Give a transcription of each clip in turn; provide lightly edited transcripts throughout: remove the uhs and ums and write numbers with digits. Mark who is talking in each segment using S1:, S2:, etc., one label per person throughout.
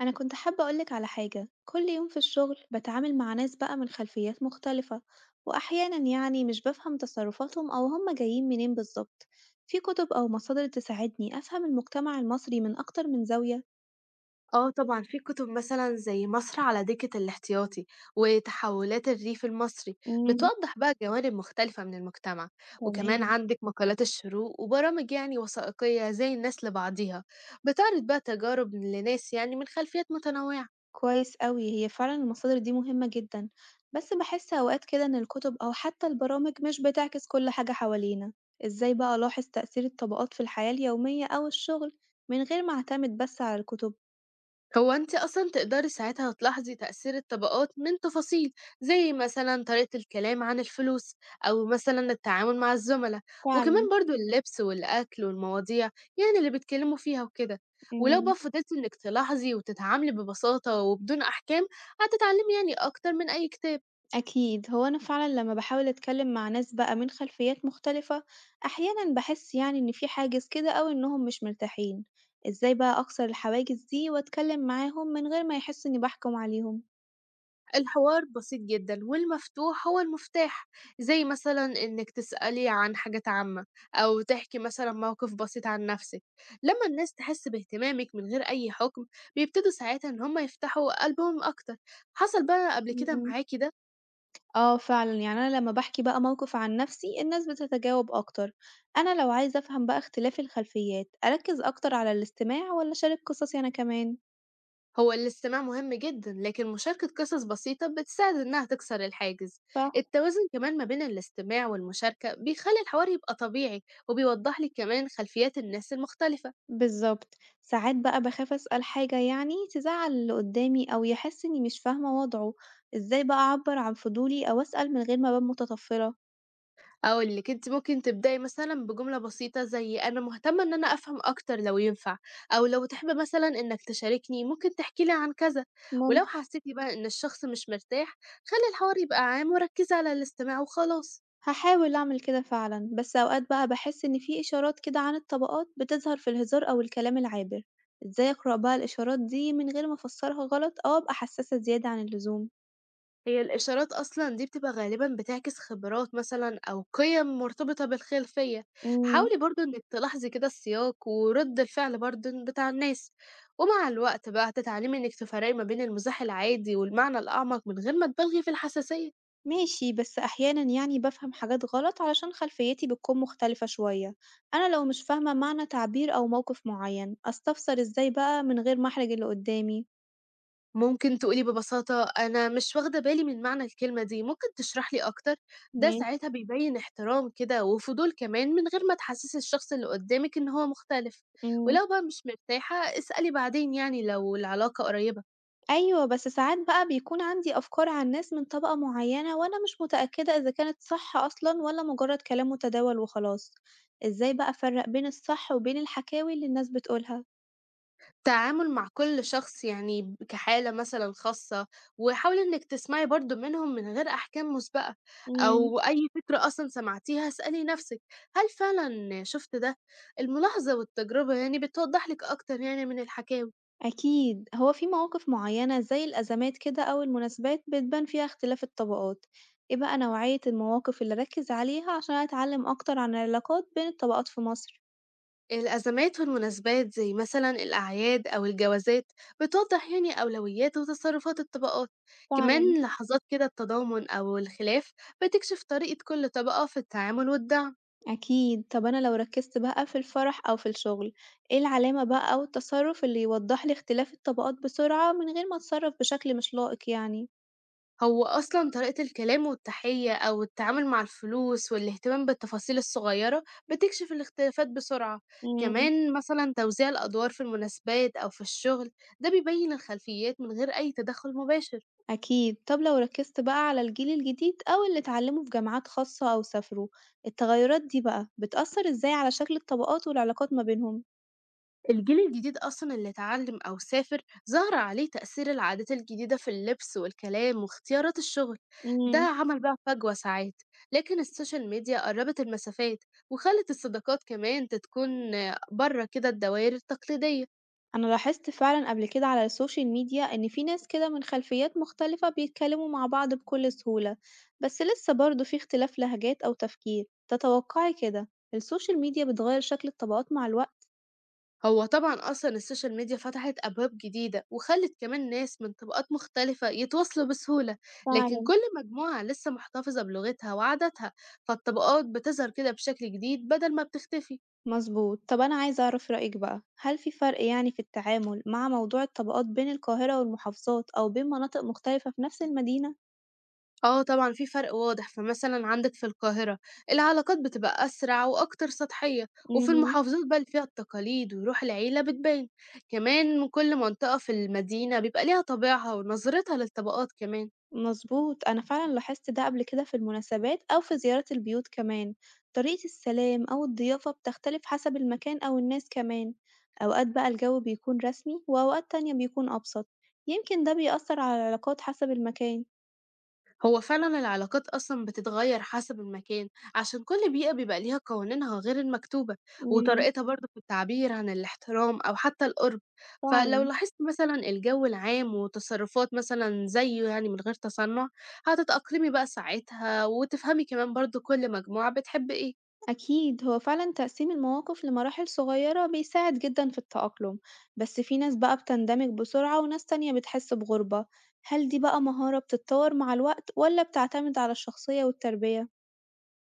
S1: أنا كنت حابة أقولك على حاجة. كل يوم في الشغل بتعامل مع ناس بقى من خلفيات مختلفة، وأحيانا مش بفهم تصرفاتهم أو هما جايين منين بالظبط. في كتب أو مصادر تساعدني أفهم المجتمع المصري من أكتر من زاوية؟
S2: آه طبعًا، في كتب مثلًا زي مصر على دكة الاحتياطي، وتحولات الريف المصري،
S1: امم.
S2: بتوضح بقى جوانب مختلفة من المجتمع، وكمان
S1: تمام.
S2: عندك مقالات الشروق وبرامج يعني وثائقية زي الناس لبعضيها، بتعرض بقى تجارب لناس يعني من خلفيات متنوعة.
S1: كويس أوي، هي فعلا المصادر دي مهمة جدا، بس بحس أوقات كده إن الكتب أو حتى البرامج مش بتعكس كل حاجة حوالينا. إزاي بقى ألاحظ تأثير الطبقات في الحياة اليومية أو الشغل من غير ما أعتمد بس على الكتب؟
S2: هو أنتِ أصلًا تقدري ساعتها تلاحظي تأثير الطبقات من تفاصيل، زي مثلًا طريقة الكلام عن الفلوس، أو مثلًا التعامل مع الزملا، وكمان
S1: فعلا.
S2: برضه اللبس والأكل والمواضيع يعني اللي بيتكلموا فيها وكده. ولو بقى
S1: مم.
S2: فضلتِ إنِّك تلاحظي وتتعاملي ببساطة وبدون أحكام، هتتعلمي يعني أكتر من أي كتاب.
S1: أكيد. هو أنا فعلا لما بحاول أتكلم مع ناس بقى من خلفيات مختلفة، أحيانا بحس إن في حاجز كده أو إنهم مش مرتاحين. إزاي بقى أكسر الحواجز دي وأتكلم معاهم من غير ما يحسوا إني بحكم عليهم؟
S2: الحوار بسيط جدًا والمفتوح هو المفتاح، زي مثلًا إنِّك تسألي عن حاجات عامة أو تحكي مثلًا موقف بسيط عن نَفْسِك، لمّا الناس تحس باهتمامِك من غير أي حُكم، بيبتدوا ساعتها إن هم يفتحوا قلبهم أكتر. حصل بقى قبل كده
S1: مم.
S2: معاكِ ده؟
S1: اه، فعلا أنا لما بحكي بقى موقف عن نفسي الناس بتتجاوب أكتر. أنا لو عايزة أفهم بقى اختلاف الخلفيات، أركز أكتر على الاستماع ولا أشارك قصصي أنا كمان؟
S2: هو الاستماع مهم جدًا، لكن مشاركة قصص بسيطة بتساعد إنها تكسر الحاجز. التوازن كمان ما بين الاستماع والمشاركة بيخلّي الحوار يبقى طبيعي، وبيوضّح لِك كمان خلفيات الناس المختلفة.
S1: بالضبط. ساعات بقى باخاف أسأل حاجة تزعّل اللي قُدّامي أو يحس إنّي مش فاهمة وضعه، إزاي بقى أعبّر عن فضولي أو أسأل من غير ما أبان متطفّلة؟
S2: هاقول لِك، أنتِ ممكن تبدئي مثلًا بجملة بسيطة زي أنا مهتمة إن أنا أفهم أكتر لو ينفع، أو لو تحب مثلًا إنك تشاركني ممكن تحكي لي عن كذا، ولو
S1: ممكن.
S2: حسيتِ بقى إن الشخص مش مرتاح خلّي الحوار يبقى عام وركّزي على الاستماع وخلاص.
S1: هاحاول أعمل كده فعلًا، بس أوقات بقى باحس إن في إشارات كده عن الطبقات بتظهر في الهزار أو الكلام العابر، إزاي أقرأ بقى الإشارات دي من غير ما أفسّرها غلط أو أبقى حسّاسة زيادة عن اللزوم؟
S2: هي الإشارات أصلًا دي بتبقى غالبًا بتعكس خبرات مثلًا أو قِيَم مرتبطة بالخلفية،
S1: إمم.
S2: حاولي برضه إنِّك تلاحظي كده السياق ورَد الفعل برضه بتاع الناس، ومع الوقت بقى هتتعلمي إنِّك تفرّقي ما بين المزاح العادي والمعنى الأعمق من غير ما تبالغي في الحساسية.
S1: ماشي، بس أحيانا بفهم حاجات غلط علشان خلفيتي بتكون مختلفة شوية. أنا لو مش فاهمة معنى تعبير أو موقف معين، أستفسر إزاي بقى من غير ما أحرج اللي قدامي؟
S2: ممكن تقولي ببساطة أنا مش واخدة بالي من معنى الكلمة دي، ممكن تشرح لي أكتر؟ ده
S1: ماشي.
S2: ساعتها بيبين احترام كده وفضول كمان من غير ما تحسسي الشخص اللي قدامك إن هو مختلف،
S1: مم.
S2: ولو بقى مش مرتاحة اسألي بعدين يعني لو العلاقة قريبة.
S1: أيوة، بس ساعات بقى بيكون عندي أفكار عن ناس من طبقة معينة وأنا مش متأكدة إذا كانت صح أصلا ولا مجرد كلام متداول وخلاص. إزاي بقى أفرق بين الصح وبين الحكاوي اللي الناس بتقولها؟
S2: التعامل مع كل شخص يعني كحالة مثلا خاصة، وحاولي انك تسمعي برضو منهم من غير احكام مسبقة او اي فكرة اصلا سمعتيها. اسألي نفسك، هل فعلا شفت ده؟ الملاحظة والتجربة يعني بتوضح لك اكتر يعني من الحكاوي.
S1: أكيد، هو في مواقف معينة زي الأزمات كده أو المناسبات بتبان فيها اختلاف الطبقات، إيه بقى نوعية المواقف اللي أركز عليها عشان أتعلم أكتر عن العلاقات بين الطبقات في مصر؟
S2: الأزمات والمناسبات زي مثلا الأعياد أو الجوازات بتوضح يعني أولويات وتصرفات الطبقات،
S1: فعلًا.
S2: كمان لحظات كده التضامن أو الخلاف بتكشف طريقة كل طبقة في التعامل والدعم.
S1: أكيد، طب أنا لو ركزت بقى في الفرح أو في الشغل، إيه العلامة بقى أو التصرف اللي يوضح لي اختلاف الطبقات بسرعة من غير ما أتصرف بشكل مش لائق؟
S2: هو أصلًا طريقة الكلام والتحية أو التعامل مع الفلوس والاهتمام بالتفاصيل الصغيرة بتكشف الاختلافات بسرعة،
S1: امم.
S2: كمان مثلًا توزيع الأدوار في المناسبات أو في الشغل ده بيبين الخلفيات من غير أي تدخل مباشر،
S1: أكيد، طب لو ركزت بقى على الجيل الجديد أو اللي اتعلموا في جامعات خاصة أو سافروا، التغيرات دي بقى بتأثر إزاي على شكل الطبقات والعلاقات ما بينهم؟
S2: الجيل الجديد أصلًا اللي اتعلم أو سافر ظهر عليه تأثير العادات الجديدة في اللبس والكلام واختيارات الشغل، ده
S1: مم.
S2: عمل بقى فجوة ساعات، لكن السوشيال ميديا قربت المسافات وخلت الصداقات كمان تكون بره كده الدوائر التقليدية.
S1: أنا لاحظت فعلا قبل كده على السوشيال ميديا إن في ناس كده من خلفيات مختلفة بيتكلموا مع بعض بكل سهولة، بس لسه برضه في اختلاف لهجات أو تفكير، تتوقعي كده السوشيال ميديا بتغير شكل الطبقات مع الوقت؟
S2: هو طبعًا أصلًا السوشيال ميديا فتحت أبواب جديدة، وخلّت كمان ناس من طبقات مختلفة يتواصلوا بسهولة، لكن
S1: فعلا.
S2: كل مجموعة لسه محتفظة بلغتها وعاداتها، فالطبقات بتظهر كده بشكل جديد بدل ما بتختفي.
S1: مظبوط. طب أنا عايزة أعرف رأيِك بقى، هل في فرق في التعامل مع موضوع الطبقات بين القاهرة والمحافظات أو بين مناطق مختلفة في نفس المدينة؟
S2: آه طبعًا في فرق واضح، فمثلًا عندك في القاهرة العلاقات بتبقى أسرع وأكتر سطحية، وفي
S1: إمم.
S2: المحافظات بقى اللي فيها التقاليد وروح العيلة بتبان، كمان كل منطقة في المدينة بيبقى ليها طابعها ونظرتها للطبقات كمان.
S1: مظبوط. أنا فعلًا لاحظت ده قبل كده في المناسبات أو في زيارة البيوت كمان، طريقة السلام أو الضيافة بتختلف حسب المكان أو الناس كمان، أوقات بقى الجو بيكون رسمي وأوقات تانية بيكون أبسط، يمكن ده بيأثر على العلاقات حسب المكان.
S2: هو فعلا العلاقات أصلا بتتغير حسب المكان عشان كل بيئة بيبقى ليها قوانينها غير المكتوبة
S1: إمم.
S2: وطريقتها برضه في التعبير عن الاحترام أو حتى القرب، فلو
S1: فعلًا.
S2: لاحظت مثلا الجو العام وتصرفات مثلا زيه يعني من غير تصنع هتتأقلمي بقى ساعتها وتفهمي كمان برضه كل مجموعة بتحب ايه.
S1: أكيد، هو فعلا تقسيم المواقف لمراحل صغيرة بيساعد جدا في التأقلم، بس في ناس بقى بتندمج بسرعة وناس تانية بتحس بغربة. هل دي بقى مهارة بتتطور مع الوقت ولا بتعتمد على الشخصية والتربية؟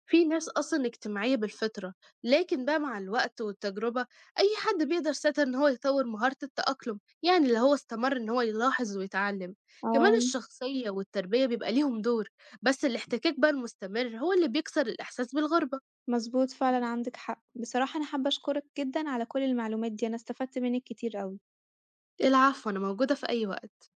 S2: في ناس أصلًا اجتماعية بالفطرة، لكن بقى مع الوقت والتجربة أي حد بيقدر ساعتها إن هو يطوّر مهارة التأقلم، يعني لو هو استمر إن هو يلاحظ ويتعلم. كمان
S1: اه.
S2: الشخصية والتربية بيبقى ليهم دور، بس الاحتكاك بقى المستمر هو اللي بيكسر الإحساس بالغربة.
S1: مظبوط، فعلا عندك حق. بصراحة أنا حابة أشكرك جدا على كل المعلومات دي، أنا استفدت منك كتير أوي.
S2: العفو، أنا موجودة في أي وقت.